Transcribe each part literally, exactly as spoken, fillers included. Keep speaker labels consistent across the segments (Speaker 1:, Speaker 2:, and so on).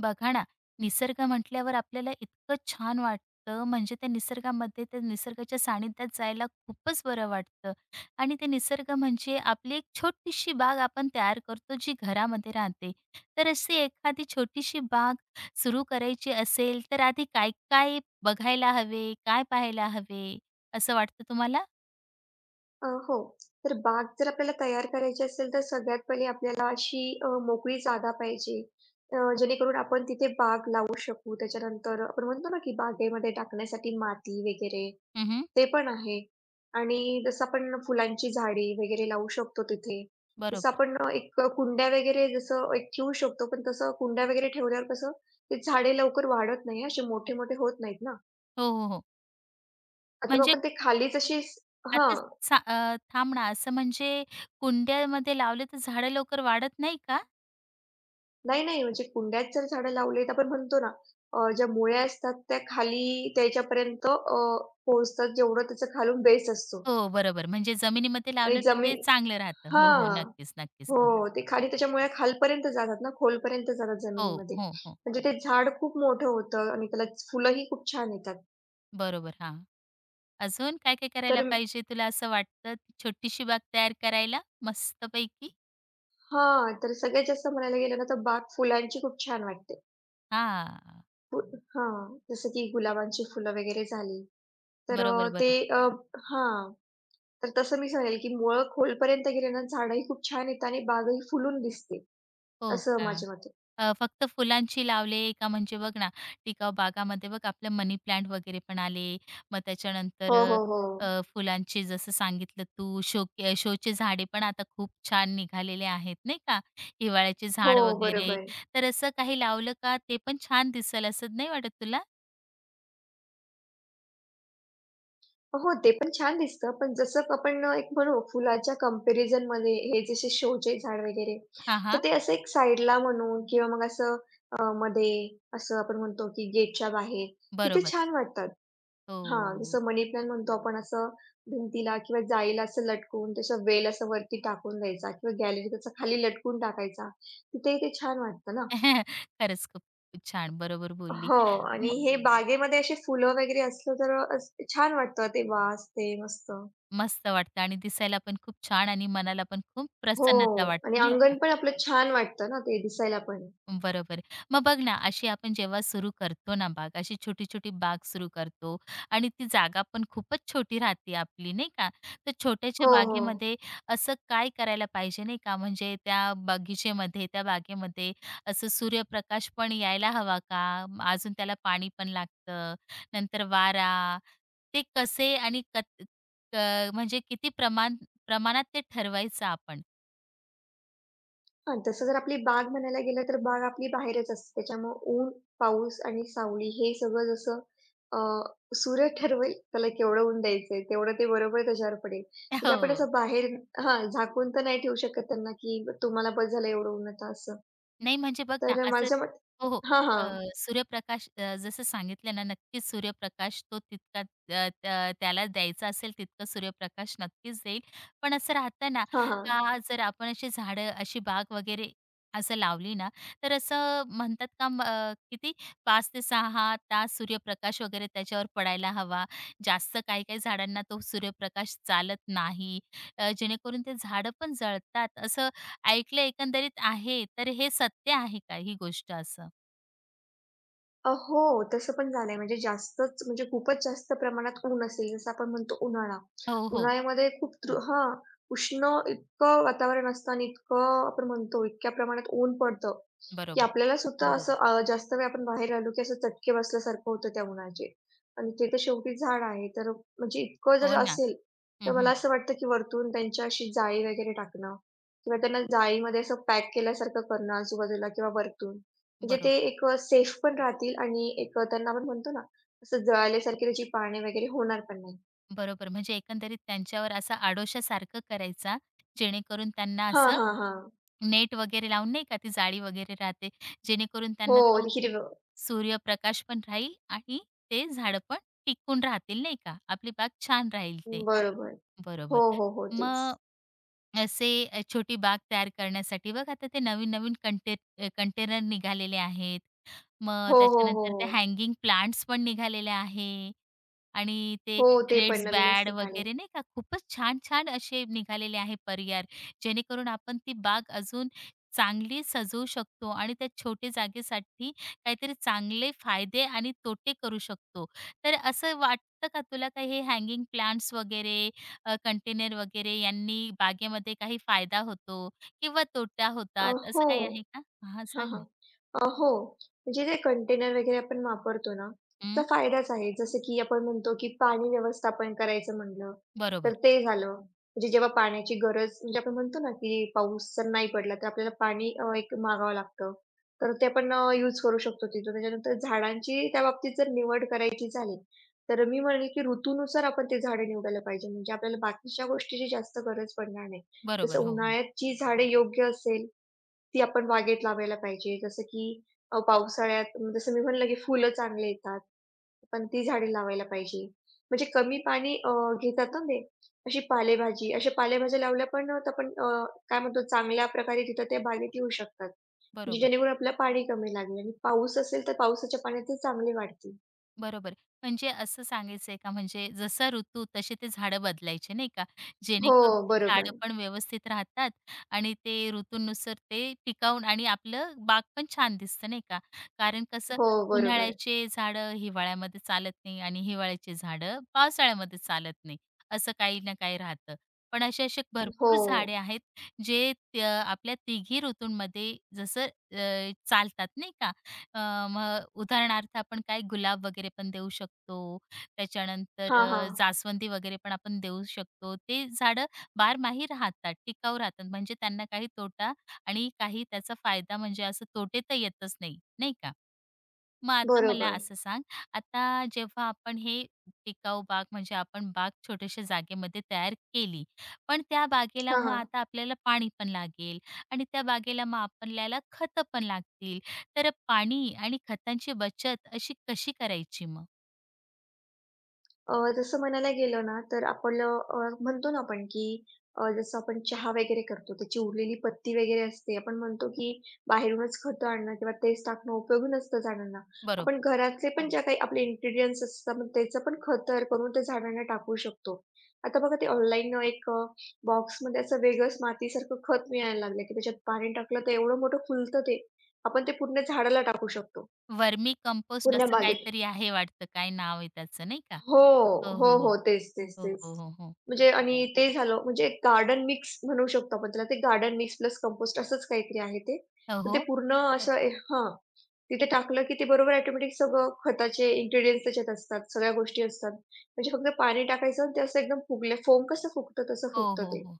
Speaker 1: बघा ना, निसर्ग म्हटल्यावर आपल्याला इतकं छान वाटतं, म्हणजे त्या निसर्गामध्ये, त्या निसर्गाच्या सानिध्यात जायला खूपच बरं वाटतं आणि ते निसर्ग म्हणजे आपली एक छोटीशी बाग आपण तयार करतो, जी घरामध्ये राहते. तर अशी एखादी छोटीशी बाग सुरू करायची असेल, तर आधी काय-काय बघायला हवे, काय पाहायला हवे, असं वाटतं तुम्हाला?
Speaker 2: अ, हो. तर बाग जर आपल्याला तयार करायची असेल तर सगळ्यात पहिले आपल्याला अशी अ, मोकळी जागा पाहिजे. अ, जेणेकरून आपण तिथे बाग लावू शकू. त्याच्यानंतर आपण म्हणतो ना, की बागेमध्ये टाकण्यासाठी माती वगैरे
Speaker 1: हं,
Speaker 2: ते पण आहे. आणि जसं आपण फुलांची झाडे वगैरे लावू शकतो तिथे. जसं
Speaker 1: बरोबर.
Speaker 2: आपण अ, एक कुंड्या वगैरे जसं एक ठेवू शकतो, पण तसं कुंड्या वगैरे ठेवल्यावर कसं ते झाडे लवकर वाढत नाही, असे मोठे-मोठे होत नाहीत ना.
Speaker 1: हो, हो, हो.
Speaker 2: आता मग
Speaker 1: म्हणजे
Speaker 2: आपण ते खालीच अशी
Speaker 1: आता
Speaker 2: हां.
Speaker 1: सा अ, थांब ना, असं म्हणजे कुंड्यामध्ये लावले तर झाडं लवकर वाढत नाही का?
Speaker 2: नाही, नाही. म्हणजे कुंड्यात जर झाडं लावली, तर आपण म्हणतो ना, अ, ज्या मुळ्या असतात त्या खाली त्याच्यापर्यंत अ, पोहोचतात जेवढं त्याचा खालून बेस असतो
Speaker 1: हो, बरोबर. म्हणजे जमिनीमध्ये
Speaker 2: आणि
Speaker 1: लावलं तर
Speaker 2: जमीन
Speaker 1: ते चांगलं राहतं. हो, हो.
Speaker 2: हां.
Speaker 1: नक्कीच, नक्कीच.
Speaker 2: हो.
Speaker 1: हो.
Speaker 2: ते खाली त्याच्या मुळ्या खालपर्यंत जातात ना, खोलपर्यंत जातात
Speaker 1: हो,
Speaker 2: जमिनीमध्ये.
Speaker 1: हो, हो.
Speaker 2: म्हणजे ते झाड खूप मोठं होतं आणि त्याला फुलंही खूप छान येतात.
Speaker 1: बरोबर. हां. अजून काय-काय करायला
Speaker 2: तर
Speaker 1: पाहिजे तुला असं वाटतं? छोटीशी बाग तयार करायला मस्तपैकी?
Speaker 2: हां. तर सगळ्यात जास्त म्हणायला गेलं ना, तर बाग फुलांची खूप छान वाटते.
Speaker 1: हां.
Speaker 2: फु हां. जसं की गुलाबांची फुलं वगैरे झाली. तर अ,
Speaker 1: बरोबर,
Speaker 2: ते
Speaker 1: बरोबर.
Speaker 2: अ हां. तर तसं मी सांगेल, की मुळं खोलपर्यंत गेले ना, झाडंही खूप छान येतं आणि बागही फुलून दिसते,
Speaker 1: हो
Speaker 2: असं
Speaker 1: का?
Speaker 2: माझ्या मते.
Speaker 1: अ, फक्त फुलांची लावले का म्हणजे बघ ना, टिकाऊ बागामध्ये बघ आपले मनी प्लांट वगैरे पण आले. मग त्याच्यानंतर
Speaker 2: हो,
Speaker 1: अ,
Speaker 2: हो, हो.
Speaker 1: अ, फुलांचे जसं सांगितलं तू शो शोचे झाडे पण आता खूप छान निघालेले आहेत, नाही का? हिवाळ्याचे
Speaker 2: हो,
Speaker 1: झाड वगैरे.
Speaker 2: बरोबर.
Speaker 1: तर असं काही लावलं का ते पण छान दिसेल असं नाही वाटत तुला?
Speaker 2: हो, ते पण छान दिसतं. पण जसं आपण एक म्हणू फुलाच्या कंपॅरिझनमध्ये हे जसे शोचे झाड वगैरे,
Speaker 1: हां,
Speaker 2: तर
Speaker 1: हां.
Speaker 2: ते असं एक साईडला म्हणू किंवा मग असं अ, मध्ये असं आपण म्हणतो, की गेटच्या बाहेर, तिथे
Speaker 1: बरोबर.
Speaker 2: छान वाटतात. हां,
Speaker 1: हो.
Speaker 2: जसं मनी प्लांट म्हणतो आपण असं भिंतीला किंवा जाळीला असं लटकवून त्याचं वेल असं वरती टाकून द्यायचा किंवा गॅलरी त्याचा खाली लटकून टाकायचा. तिथेही ते छान वाटतं ना.
Speaker 1: खरंच खूप छान. बरोबर बोलली.
Speaker 2: हो आणि
Speaker 1: म
Speaker 2: हे बागेमध्ये अशी फुलं वगैरे असलं तर अ, छान वाटतं ते वास ते मस्त.
Speaker 1: मस्त वाटतं आणि दिसायला पण खूप छान आणि मनाला पण खूप
Speaker 2: हो
Speaker 1: प्रसन्नता
Speaker 2: आणि
Speaker 1: वाटते, नाही का?
Speaker 2: अंगण पण आपलं छान वाटतं ना ते दिसायला पण.
Speaker 1: बरोबर. मग बघ ना, अशी आपण जेव्हा सुरू करतो ना बाग, अशी छोटी-छोटी बाग सुरू करतो आणि ती जागा पण खूपच छोटी राहते आपली, नाही का? तर छोट्याच्या
Speaker 2: हो, हो.
Speaker 1: बागेमध्ये असं काय करायला पाहिजे, नाही का? म्हणजे त्या बगीचेमध्ये, त्या बागेमध्ये असं सूर्यप्रकाश पण यायला हवा का? म अजून त्याला पाणी पण लागतं, नंतर वारा, ते कसे आणि कत क म्हणजे किती प्रमाण प्रमाणात ते ठरवायचं आपण?
Speaker 2: हां, तसं जर आपली बाग म्हणायला गेलं तर बाग आपली बाहेरच असते. त्याच्यामुळं ऊन, पाऊस आणि सावली हे सगळं जसं अ, सूर्य ठरवेल त्याला केवढं ऊन द्यायचंय, तेवढं ते बरोबर त्याच्यावर पडेल. म्हणजे आपण
Speaker 1: हो.
Speaker 2: असं बाहेर हां, झाकून तर नाही ठेवू शकत त्यांना, की तुम्हाला बस झालं एवढं ऊन आता असं.
Speaker 1: नाही म्हणजे बघ ना,
Speaker 2: तर
Speaker 1: असं
Speaker 2: माझ्या मते
Speaker 1: हो, हो.
Speaker 2: हां,
Speaker 1: अ,
Speaker 2: हां.
Speaker 1: सूर्यप्रकाश अ, जसं सांगितलं ना, नक्कीच सूर्यप्रकाश तो तितका अ, त्या त्याला द्यायचा असेल तितका सूर्यप्रकाश नक्कीच देईल. पण असं राहतं ना,
Speaker 2: हां, हां.
Speaker 1: का जर आपण अशी झाडं, अशी बाग वगैरे असं लावली ना, तर असं म्हणतात का म अ, किती पाच ते सहा तास सूर्यप्रकाश वगैरे त्याच्यावर पडायला हवा. जास्त काही-काही झाडांना तो सूर्यप्रकाश चालत नाही. अ, जेणेकरून ते झाडं पण जळतात. असं ऐकलं एकंदरीत आहे, तर हे सत्य आहे का ही गोष्ट असं?
Speaker 2: अ, हो, तसं पण झालंय. म्हणजे जास्तच म्हणजे खूपच जास्त प्रमाणात ऊन असेल, जसं आपण म्हणतो उन्हाळा.
Speaker 1: हो, हो.
Speaker 2: उन्हाळ्यामध्ये खूप तृ हां, उष्ण इतकं वातावरण असतं आणि इतकं आपण म्हणतो इतक्या प्रमाणात ऊन पडतं, की
Speaker 1: बरोबर.
Speaker 2: आपल्याला सुद्धा हो. असं अ, जास्त वेळ आपण बाहेर राहिलो, की असं चटके बसल्यासारखं होतं त्या उन्हाचे. आणि ते तर शेवटी झाड आहे, तर म्हणजे इतकं
Speaker 1: हो
Speaker 2: जर
Speaker 1: ना.
Speaker 2: असेल, तर मला
Speaker 1: हं,
Speaker 2: असं वाटतं, की वरतून त्यांच्या अशी जाळी वगैरे टाकणं किंवा त्यांना जाळीमध्ये असं पॅक केल्यासारखं करणं आजूबाजूला किंवा वरतून. म्हणजे ते
Speaker 1: बरोबर.
Speaker 2: एक अ, सेफ पण राहतील आणि एक अ, त्यांना आपण म्हणतो ना, असं जळाल्यासारखी त्याची पाने वगैरे होणार पण नाही.
Speaker 1: बरोबर. म्हणजे एकंदरीत त्यांच्यावर असा आडोशासारखं करायचा, जेणेकरून त्यांना
Speaker 2: हां,
Speaker 1: असं
Speaker 2: हां, हां.
Speaker 1: नेट वगैरे लावून नाही का ती जाळी वगैरे राहते, जेणेकरून
Speaker 2: हो,
Speaker 1: त्यांना तो
Speaker 2: हिरवं.
Speaker 1: सूर्यप्रकाश पण राहील आणि ते झाडं पण टिकून राहतील नाही का? आपली बाग छान राहील ते.
Speaker 2: बरोबर.
Speaker 1: बरोबर.
Speaker 2: हो, हो, हो. तेच.
Speaker 1: मग असे अ, छोटी बाग तयार करण्यासाठी बघा आता ते नवीन-नवीन कंटे अ, कंटेनर निघालेले आहेत. मग
Speaker 2: हो, हो, हो,
Speaker 1: त्याच्यानंतर ते
Speaker 2: हो.
Speaker 1: हँगिंग प्लांट्स पण निघालेले आहे आणि ते
Speaker 2: हो, ते पण
Speaker 1: रेड्स
Speaker 2: नवीनच
Speaker 1: बॅड
Speaker 2: निघाले.
Speaker 1: वगैरे नाही का, खूपच छान-छान असे निघालेले आहे पर्याय, जेणेकरून आपण ती बाग अजून चांगली सजवू शकतो आणि त्या छोट्या जागेसाठी काहीतरी चांगले फायदे आणि तोटे करू शकतो. तर असं वाटतं का तुला, का हे हँगिंग प्लांट्स वगैरे अ, कंटेनर वगैरे यांनी बागेमध्ये काही फायदा होतो किंवा तोटा
Speaker 2: अ,
Speaker 1: होतात असं
Speaker 2: हो.
Speaker 1: काही आहे का? हां,
Speaker 2: हां,
Speaker 1: सांग
Speaker 2: हां.
Speaker 1: ना.
Speaker 2: अ, हो. म्हणजे ते कंटेनर वगैरे आपण वापरतो ना, त्याचा
Speaker 1: हं,
Speaker 2: फायदाच आहे. जसं की आपण म्हणतो, की पाणी व्यवस्थापन करायचं म्हणलं, तर
Speaker 1: बरोबर,
Speaker 2: ते झालं. म्हणजे जेव्हा पाण्याची गरज म्हणजे आपण म्हणतो ना, की पाऊस जर नाही पडला, तर आपल्याला पाणी अ, एक मागावं लागतं. तर ते आपण अ, यूज करू शकतो तिथं. त्याच्यानंतर झाडांची त्या बाबतीत जर निवड करायची झाली, तर मी म्हणेल, की ऋतूनुसार आपण ते झाडं निवडायला पाहिजे. म्हणजे आपल्याला बाकीच्या गोष्टीची जास्त गरज पडणार नाही. जसं
Speaker 1: बरोबर. हो, हो.
Speaker 2: उन्हाळ्यात जी झाडे योग्य असेल ती आपण बागेत लावायला पाहिजे. जसं की अ, पावसाळ्यात म, जसं मी म्हणलं की फुलं चांगले येतात, पण ती झाडे लावायला पाहिजे. म्हणजे कमी पाणी अ, घेतात ना ते. अशी पालेभाजी, अशा पालेभाज्या लावल्या पण अ, तर आपण अ, काय म्हणतो चांगल्या प्रकारे तिथं त्या बागेत येऊ शकतात. म्हणजे
Speaker 1: बरोबर.
Speaker 2: जेणेकरून आपल्याला पाणी कमी लागेल आणि पाऊस असेल तर पावसाच्या पाण्यात ते चांगले वाढतील.
Speaker 1: बरोबर. म्हणजे असं सांगायचंय का म्हणजे जसा ऋतू तसे ते झाडं बदलायचे नाही का?
Speaker 2: हो,
Speaker 1: जेणेकरून ते झाडं
Speaker 2: बरोबर.
Speaker 1: पण व्यवस्थित राहतात आणि ते ऋतूनुसार ते टिकावून आणि आपलं बाग पण छान दिसतं नाही का? कारण कसं
Speaker 2: हो, बरोबर.
Speaker 1: उन्हाळ्याचे झाडं हिवाळ्यामध्ये चालत नाही आणि हिवाळ्याचे झाडं पावसाळ्यामध्ये चालत नाही. असं काही ना काही राहतं. पण असे असे
Speaker 2: हो.
Speaker 1: भरपूर झाडे आहेत जे त आपल्या तिघी ऋतूंमध्ये जसं अ, चालतात नाही का? अ, मग उदाहरणार्थ आपण काय गुलाब वगैरे पण देऊ शकतो. त्याच्यानंतर
Speaker 2: हां,
Speaker 1: अ,
Speaker 2: हां.
Speaker 1: जास्वंदी वगैरे पण आपण देऊ शकतो. ते झाडं बारमाही राहतात, टिकाऊ राहतात. म्हणजे त्यांना काही तोटा आणि काही त्याचा फायदा म्हणजे असं तोटे तर येतच नाही, नाही का? मग आता मला
Speaker 2: बरोबर.
Speaker 1: असं सांग, आता जेव्हा आपण हे टिकाऊ बाग म्हणजे आपण बाग छोट्याशा जागेमध्ये तयार केली. पण त्या बागेला
Speaker 2: हां,
Speaker 1: मग
Speaker 2: हां.
Speaker 1: आता आपल्याला पाणी पण लागेल आणि त्या बागेला मग आपल्याला खतं पण लागतील. तर पाणी आणि खतांची बचत अशी कशी करायची मग?
Speaker 2: अ, जसं म्हणायला गेलं ना, तर आपलं अ, म्हणतो ना आपण की अ, जसं आपण चहा वगैरे करतो, त्याची उरलेली पत्ती वगैरे असते. आपण म्हणतो की बाहेरूनच खतं आणणं किंवा तेच टाकणं उपयोगी नसतं झाडांना.
Speaker 1: बरोबर.
Speaker 2: आपण घरातले पण हो. ज्या काही आपले इन्ग्रीडियंट्स असतात, मग त्याचं पण खत तयार करून ते झाडांना टाकू शकतो. आता बघा ते ऑनलाईन एक अ, बॉक्समध्ये असं वेगळंच मातीसारखं खत मिळायला लागलं, की त्याच्यात पाणी टाकलं तर एवढं मोठं फुलतं ते. आपण ते पूर्ण झाडाला टाकू शकतो,
Speaker 1: वर्मी कंपोस्ट
Speaker 2: पूर्ण
Speaker 1: असं
Speaker 2: बागेत.
Speaker 1: काहीतरी आहे वाटतं, काय नाव आहे त्याचं नाही का?
Speaker 2: हो,
Speaker 1: हो,
Speaker 2: हो,
Speaker 1: हो, हो.
Speaker 2: हो. तेच, तेच,
Speaker 1: हो, हो,
Speaker 2: तेच.
Speaker 1: हो, हो.
Speaker 2: म्हणजे आणि ते झालं म्हणजे गार्डन मिक्स म्हणू शकतो आपण त्याला. ते गार्डन मिक्स प्लस कंपोस्ट असंच काहीतरी आहे ते.
Speaker 1: हो,
Speaker 2: तर ते
Speaker 1: हो.
Speaker 2: पूर्ण हं. असं ए हां. तिथे टाकलं की ते बरोबर ऑटोमॅटिक सगळं खताचे इन्ग्रीडियंट्स त्याच्यात असतात. सगळ्या गोष्टी असतात. म्हणजे फक्त पाणी टाकायचं आणि ते असं एकदम फुगले फोम कसं फुगतं तसं
Speaker 1: हो,
Speaker 2: फुगतं
Speaker 1: हो,
Speaker 2: ते.
Speaker 1: हो.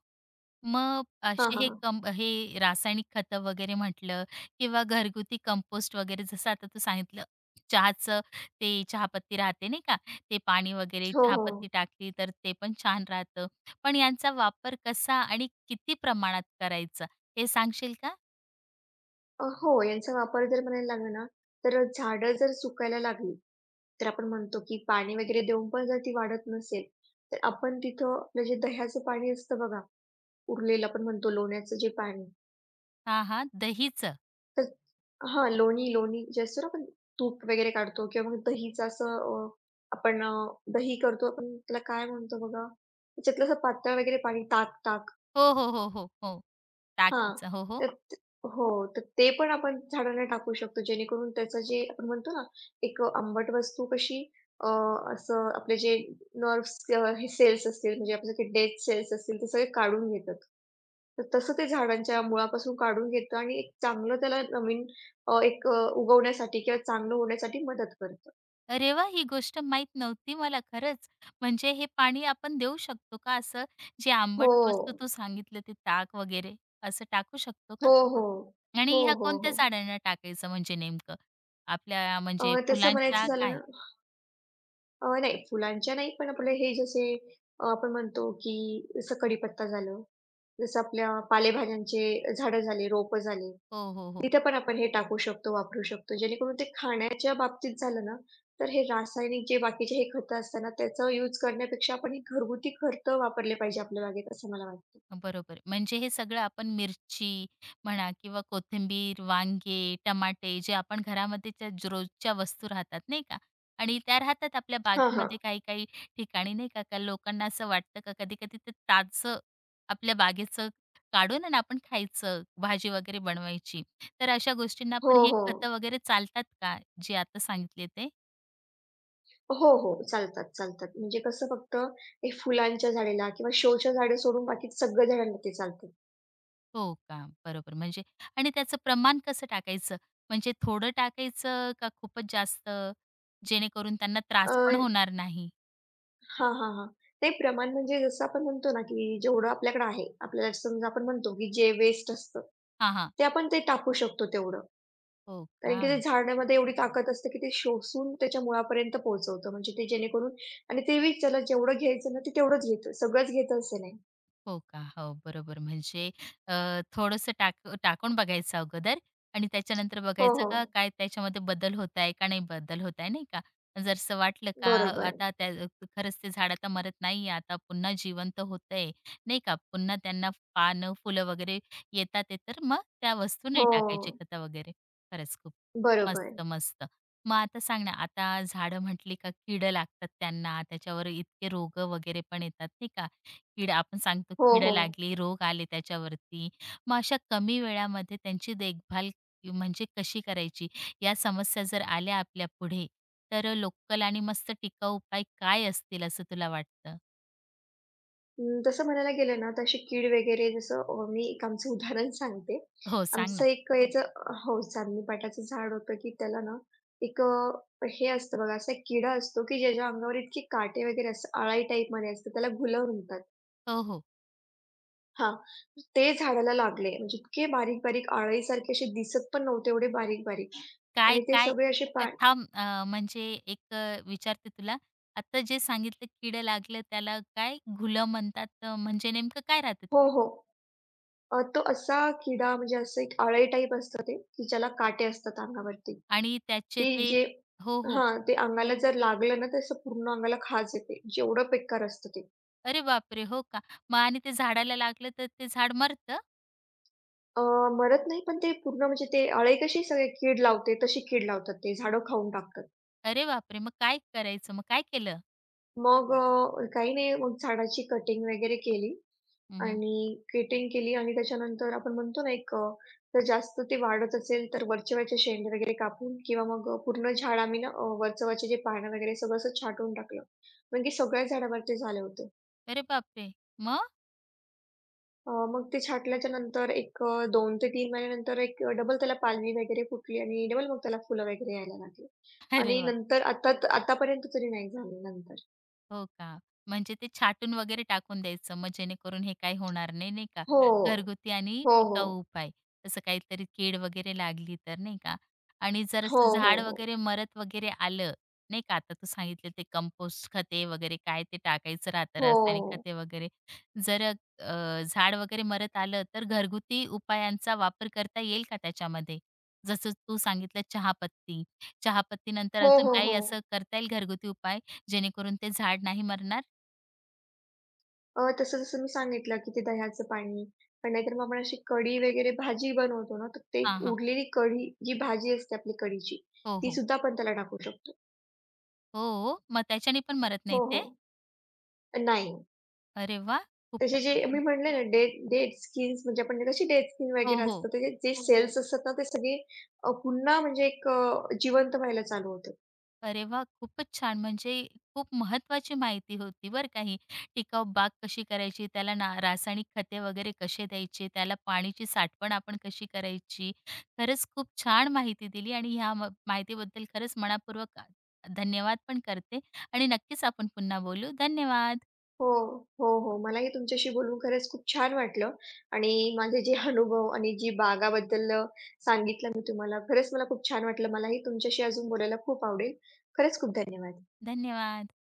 Speaker 1: मग
Speaker 2: हां,
Speaker 1: असे
Speaker 2: हां,
Speaker 1: हे
Speaker 2: हां.
Speaker 1: कं हे रासायनिक खतं वगैरे म्हटलं किंवा घरगुती कंपोस्ट वगैरे जसं आता तू सांगितलं चहाचं ते चहापत्ती राहते नाही का, ते पाणी वगैरे
Speaker 2: हो,
Speaker 1: चहापत्ती
Speaker 2: हो.
Speaker 1: टाकली तर ते पण छान राहतं. पण यांचा वापर कसा आणि किती प्रमाणात करायचा हे सांगशील का?
Speaker 2: अ, हो, यांचा वापर जर म्हणायला लागलं ना, तर झाडं जर सुकायला लागली तर आपण म्हणतो, की पाणी वगैरे देऊन पण जर ती वाढत नसेल, तर आपण तिथं आपलं जे दह्याचं पाणी असतं बघा, उरलेलं आपण म्हणतो लोण्याचं जे पाणी,
Speaker 1: हां, हां. दहीचं.
Speaker 2: तर हां, लोणी, लोणी जे असतं ना आपण तूप वगैरे काढतो किंवा मग दहीचं असं अ, आपण अ, दही करतो आपण त्याला काय म्हणतो बघा, त्याच्यातलं असं पातळ वगैरे पाणी, ताक, ताक
Speaker 1: हो, हो, हो, हो, हो.
Speaker 2: हां.
Speaker 1: टाकीचं. हो, हो.
Speaker 2: तर त हो, तर ते पण आपण झाडांना टाकू शकतो, जेणेकरून त्याचं जे आपण म्हणतो ना, एक अ, आंबट वस्तू कशी अ, असं आपले जे नर्व्हस किंवा हे सेल्स असतील, म्हणजे आपले जे डेड सेल्स असतील, ते सगळे काढून घेतात. तर तसं ते झाडांच्या मुळापासून काढून घेतं आणि एक चांगलं त्याला नवीन अ, एक अ, उगवण्यासाठी किंवा चांगलं होण्यासाठी मदत करतं.
Speaker 1: अरे वाह! ही गोष्ट माहीत नव्हती मला खरंच. म्हणजे हे पाणी आपण देऊ शकतो का असं, जे
Speaker 2: हो.
Speaker 1: आंबट वस्तू तू सांगितलं ते ताक वगैरे असं टाकू शकतो का?
Speaker 2: हो, हो.
Speaker 1: आणि
Speaker 2: हो,
Speaker 1: ह्या
Speaker 2: हो,
Speaker 1: कोणत्या
Speaker 2: हो.
Speaker 1: झाडांना टाकायचं म्हणजे नेमकं? आपल्या
Speaker 2: अ,
Speaker 1: म्हणजे
Speaker 2: तसं म्हणायचं
Speaker 1: फुलांच्या
Speaker 2: झालं
Speaker 1: काय?
Speaker 2: ना अ, नाही फुलांच्या नाही, पण आपले हे जसे अ, आपण म्हणतो की जसं कढीपत्ता झालं, जसं आपल्या पालेभाज्यांचे झाडं झाले, रोपं झाले,
Speaker 1: हो, हो, हो.
Speaker 2: तिथे पण आपण हे टाकू शकतो, वापरू शकतो. जेणेकरून ते खाण्याच्या बाबतीत झालं ना, तर हे रासायनिक जे बाकीचे हे खतं असतात ना, त्याचा यूज करण्यापेक्षा आपण हे घरगुती खतं वापरले पाहिजे आपल्या बागेत, असं मला वाटतं.
Speaker 1: बरोबर. म्हणजे हे सगळं आपण मिरची म्हणा किंवा कोथिंबीर, वांगे, टमाटे जे आपण घरामध्ये ज्या ज रोजच्या वस्तू राहतात नाही का? आणि त्या राहतात आपल्या
Speaker 2: हां, हां.
Speaker 1: बागेमध्ये काही-काही ठिकाणी नाही का, का लोकांना असं वाटतं का कधी-कधी ते ताजं आपल्या बागेचं काढून आणि आपण खायचं, भाजी वगैरे बनवायची. तर अशा गोष्टींना
Speaker 2: हो,
Speaker 1: पण हे
Speaker 2: हो.
Speaker 1: खतं वगैरे चालतात का? जे आता सांगितले ते?
Speaker 2: हो, हो. चालतात, चालतात. म्हणजे कसं फक्त हे फुलांच्या झाडेला किंवा शोच्या झाडं सोडून बाकीचे सगळ्या झाडांना ते चालतं.
Speaker 1: हो का? बरोबर. म्हणजे आणि त्याचं प्रमाण कसं टाकायचं? म्हणजे थोडं टाकायचं का खूपच जास्त? जेणेकरून त्यांना त्रास पण होणार नाही.
Speaker 2: हां, हां, हां. ते प्रमाण म्हणजे जसं आपण म्हणतो ना, की जेवढं आपल्याकडे आहे, आपल्याला समजा आपण म्हणतो, की जे वेस्ट असतं,
Speaker 1: हां, हां.
Speaker 2: ते आपण ते टाकू शकतो तेवढं.
Speaker 1: हो
Speaker 2: कारण
Speaker 1: का?
Speaker 2: की ते झाडामध्ये एवढी ताकद असते, की ते शोषून त्याच्या मुळापर्यंत पोहोचवतं. म्हणजे ते जेणेकरून आणि तेही त्याला जेवढं घ्यायचं ना, ते तेवढंच घेतं. सगळंच घेतं असं नाही.
Speaker 1: हो का? हो, बरोबर. म्हणजे अ, थोडंसं टाक टाकून बघायचं अगोदर आणि त्याच्यानंतर
Speaker 2: हो,
Speaker 1: बघायचं का
Speaker 2: हो.
Speaker 1: काय त्याच्यामध्ये बदल होत आहे का नाही बदल होत आहे, नाही का? जर असं वाटलं का
Speaker 2: बरोबर.
Speaker 1: आता त्या खरंच ते झाड आता मरत नाहीये, आता पुन्हा जिवंत होतंय, नाही का? पुन्हा त्यांना पानं, फुलं वगैरे येतात आहे, तर मग त्या वस्तू नाही
Speaker 2: हो.
Speaker 1: टाकायची खतं वगैरे. खरंच खूप
Speaker 2: बरोबर.
Speaker 1: मस्त, मस्त. मग आता सांग ना, आता झाडं म्हटली का कीड लागतात त्यांना, त्याच्यावर इतके रोगं वगैरे पण येतात, नाही का? कीड आपण सांगतो
Speaker 2: हो,
Speaker 1: कीड
Speaker 2: हो.
Speaker 1: लागली, रोग आले त्याच्यावरती. मग अशा कमी वेळामध्ये त्यांची देखभाल म्हणजे कशी करायची? या समस्या जर आल्या आपल्या पुढे, तर लोकल आणि मस्त टिकाऊ उपाय काय असतील असं तुला वाटतं?
Speaker 2: अं, तसं म्हणायला गेलं ना, तर कीड वगैरे जसं अ, मी एक आमचं उदाहरण सांगते.
Speaker 1: हो, सांग
Speaker 2: आमचं
Speaker 1: ना.
Speaker 2: एक याचं अ, हो, चांदणीपाटाचं झाड होतं, की त्याला ना एक अ, हे असतं बघा, असा एक किडा असतो, की ज्याच्या अंगावर इतके काटे वगैरे असतात, अळाई टाईपमध्ये असते, त्याला घुलर म्हणतात.
Speaker 1: हो, हो.
Speaker 2: हां, ते झाडाला लागले. म्हणजे इतके बारीक-बारीक अळाईसारखे असे दिसत पण नव्हते, एवढे बारीक-बारीक
Speaker 1: काय,
Speaker 2: आणि ते
Speaker 1: काय?
Speaker 2: सगळे असे
Speaker 1: अ,
Speaker 2: पा
Speaker 1: थांब अ, म्हणजे एक अ, विचारते तुला. आता जे सांगितलं कीड लागलं त्याला काय घुलं म्हणतात, अ, म्हणजे नेमकं काय राहतं ते?
Speaker 2: हो, हो. अ, तो असा किडा म्हणजे असं एक अळाई टाईप असतं ते, की ज्याला काटे असतात अंगावरती.
Speaker 1: आणि त्याचे
Speaker 2: की
Speaker 1: ते
Speaker 2: जे
Speaker 1: हो, हो.
Speaker 2: हां, ते अंगाला जर लागलं ना, तर असं पूर्ण अंगाला खाज येते. जेवढं बेकार असतं ते.
Speaker 1: अरे बापरे! हो का? मग आणि ते झाडाला लागलं तर ते झाड मरतं?
Speaker 2: अ, मरत नाही, पण ते पूर्ण म्हणजे ते अळे कशी सगळे कीड लावते, तशी कीड लावतात ते. झाडं खाऊन टाकतात.
Speaker 1: अरे बापरे! मग काय करायचं? मग काय केलं?
Speaker 2: मग अ, काही नाही, मग झाडाची कटिंग वगैरे केली
Speaker 1: हं,
Speaker 2: आणि कटिंग केली आणि त्याच्यानंतर आपण म्हणतो ना, एक अ, जर जास्त ते वाढत असेल, तर वरचे-वरचे शेंडे वगैरे कापून किंवा मग अ, पूर्ण झाड आम्ही ना, अ, वरचं-वरचे जे पानं वगैरे सगळं असं छाटून टाकलं. म्हणजे सगळ्या झाडावरती झाले होते.
Speaker 1: अरे बापरे! मग?
Speaker 2: अ, मग ते छाटल्याच्या नंतर एक अ, दोन ते तीन महिन्यानंतर एक अ, डबल त्याला पालवी वगैरे फुटली आणि डबल मग त्याला फुलं वगैरे यायला लागली
Speaker 1: अरे
Speaker 2: आणि
Speaker 1: वा,
Speaker 2: नंतर आता आतापर्यंत तरी नाही झाले नंतर.
Speaker 1: हो का? म्हणजे ते छाटून वगैरे टाकून द्यायचं, मग जेणेकरून हे काही होणार नाही, नाही का?
Speaker 2: हो.
Speaker 1: घरगुती आणि
Speaker 2: हो,
Speaker 1: टिकाऊ
Speaker 2: हो.
Speaker 1: उपाय. तसं काहीतरी कीड वगैरे लागली तर, नाही का? आणि जर
Speaker 2: हो,
Speaker 1: असं
Speaker 2: हो,
Speaker 1: झाड
Speaker 2: हो.
Speaker 1: वगैरे मरत वगैरे आलं, नाही का? आता तू सांगितलं ते कंपोस्ट खते वगैरे काय ते टाकायचं राहतं, रासायनिक
Speaker 2: हो.
Speaker 1: खते वगैरे. जर अ, झाड वगैरे मरत आलं, तर घरगुती उपायांचा वापर करता येईल का त्याच्यामध्ये? जसं तू सांगितलं चहापत्ती. चहापत्तीनंतर
Speaker 2: हो,
Speaker 1: अजून
Speaker 2: हो,
Speaker 1: काही
Speaker 2: हो.
Speaker 1: असं करता येईल घरगुती उपाय? जेणेकरून ते झाड नाही मरणार?
Speaker 2: अ, तसं जसं मी सांगितलं, की ते दह्याचं पाणी पण नाहीतर मग आपण अशी कढी वगैरे भाजी बनवतो ना, तर ते एक
Speaker 1: हां, हां.
Speaker 2: उरलेली कढी जी भाजी असते आपली कढीची,
Speaker 1: हो,
Speaker 2: ती
Speaker 1: हो.
Speaker 2: सुद्धा आपण त्याला टाकू शकतो.
Speaker 1: हो, मग त्याच्याने पण मरत नाही
Speaker 2: हो,
Speaker 1: ते?
Speaker 2: हो. नाही.
Speaker 1: अरे वाह!
Speaker 2: तसे
Speaker 1: खूपच
Speaker 2: जे मी
Speaker 1: छान.
Speaker 2: म्हटले ना डेट डेट स्कीम्स म्हणजे आपण कशी डेट स्कीम वगैरे
Speaker 1: हो, हो.
Speaker 2: असतात त्याचे जे हो, हो. सेल्स असतात ना ते सगळे अ, पुन्हा म्हणजे एक अ, जिवंत व्हायला चालू होतात.
Speaker 1: अरे वाह! खूपच छान. म्हणजे खूप महत्त्वाची माहिती होती बरं का ही. टिकाऊ बाग कशी करायची, त्याला ना रासायनिक खते वगैरे कसे द्यायचे, त्याला पाण्याची साठवण आपण कशी करायची. खरंच खूप छान माहिती दिली आणि ह्या म माहितीबद्दल खरंच मनःपूर्वक धन्यवाद पण करते आणि नक्कीच आपण पुन्हा बोलू. धन्यवाद.
Speaker 2: हो, हो, हो. मलाही तुमच्याशी बोलून खरंच खूप छान वाटलं आणि माझे जे अनुभव आणि जी बागाबद्दल सांगितलं मी तुम्हाला खरंच मला खूप छान वाटलं. मलाही तुमच्याशी अजून बोलायला खूप आवडेल. खरंच खूप धन्यवाद.
Speaker 1: धन्यवाद.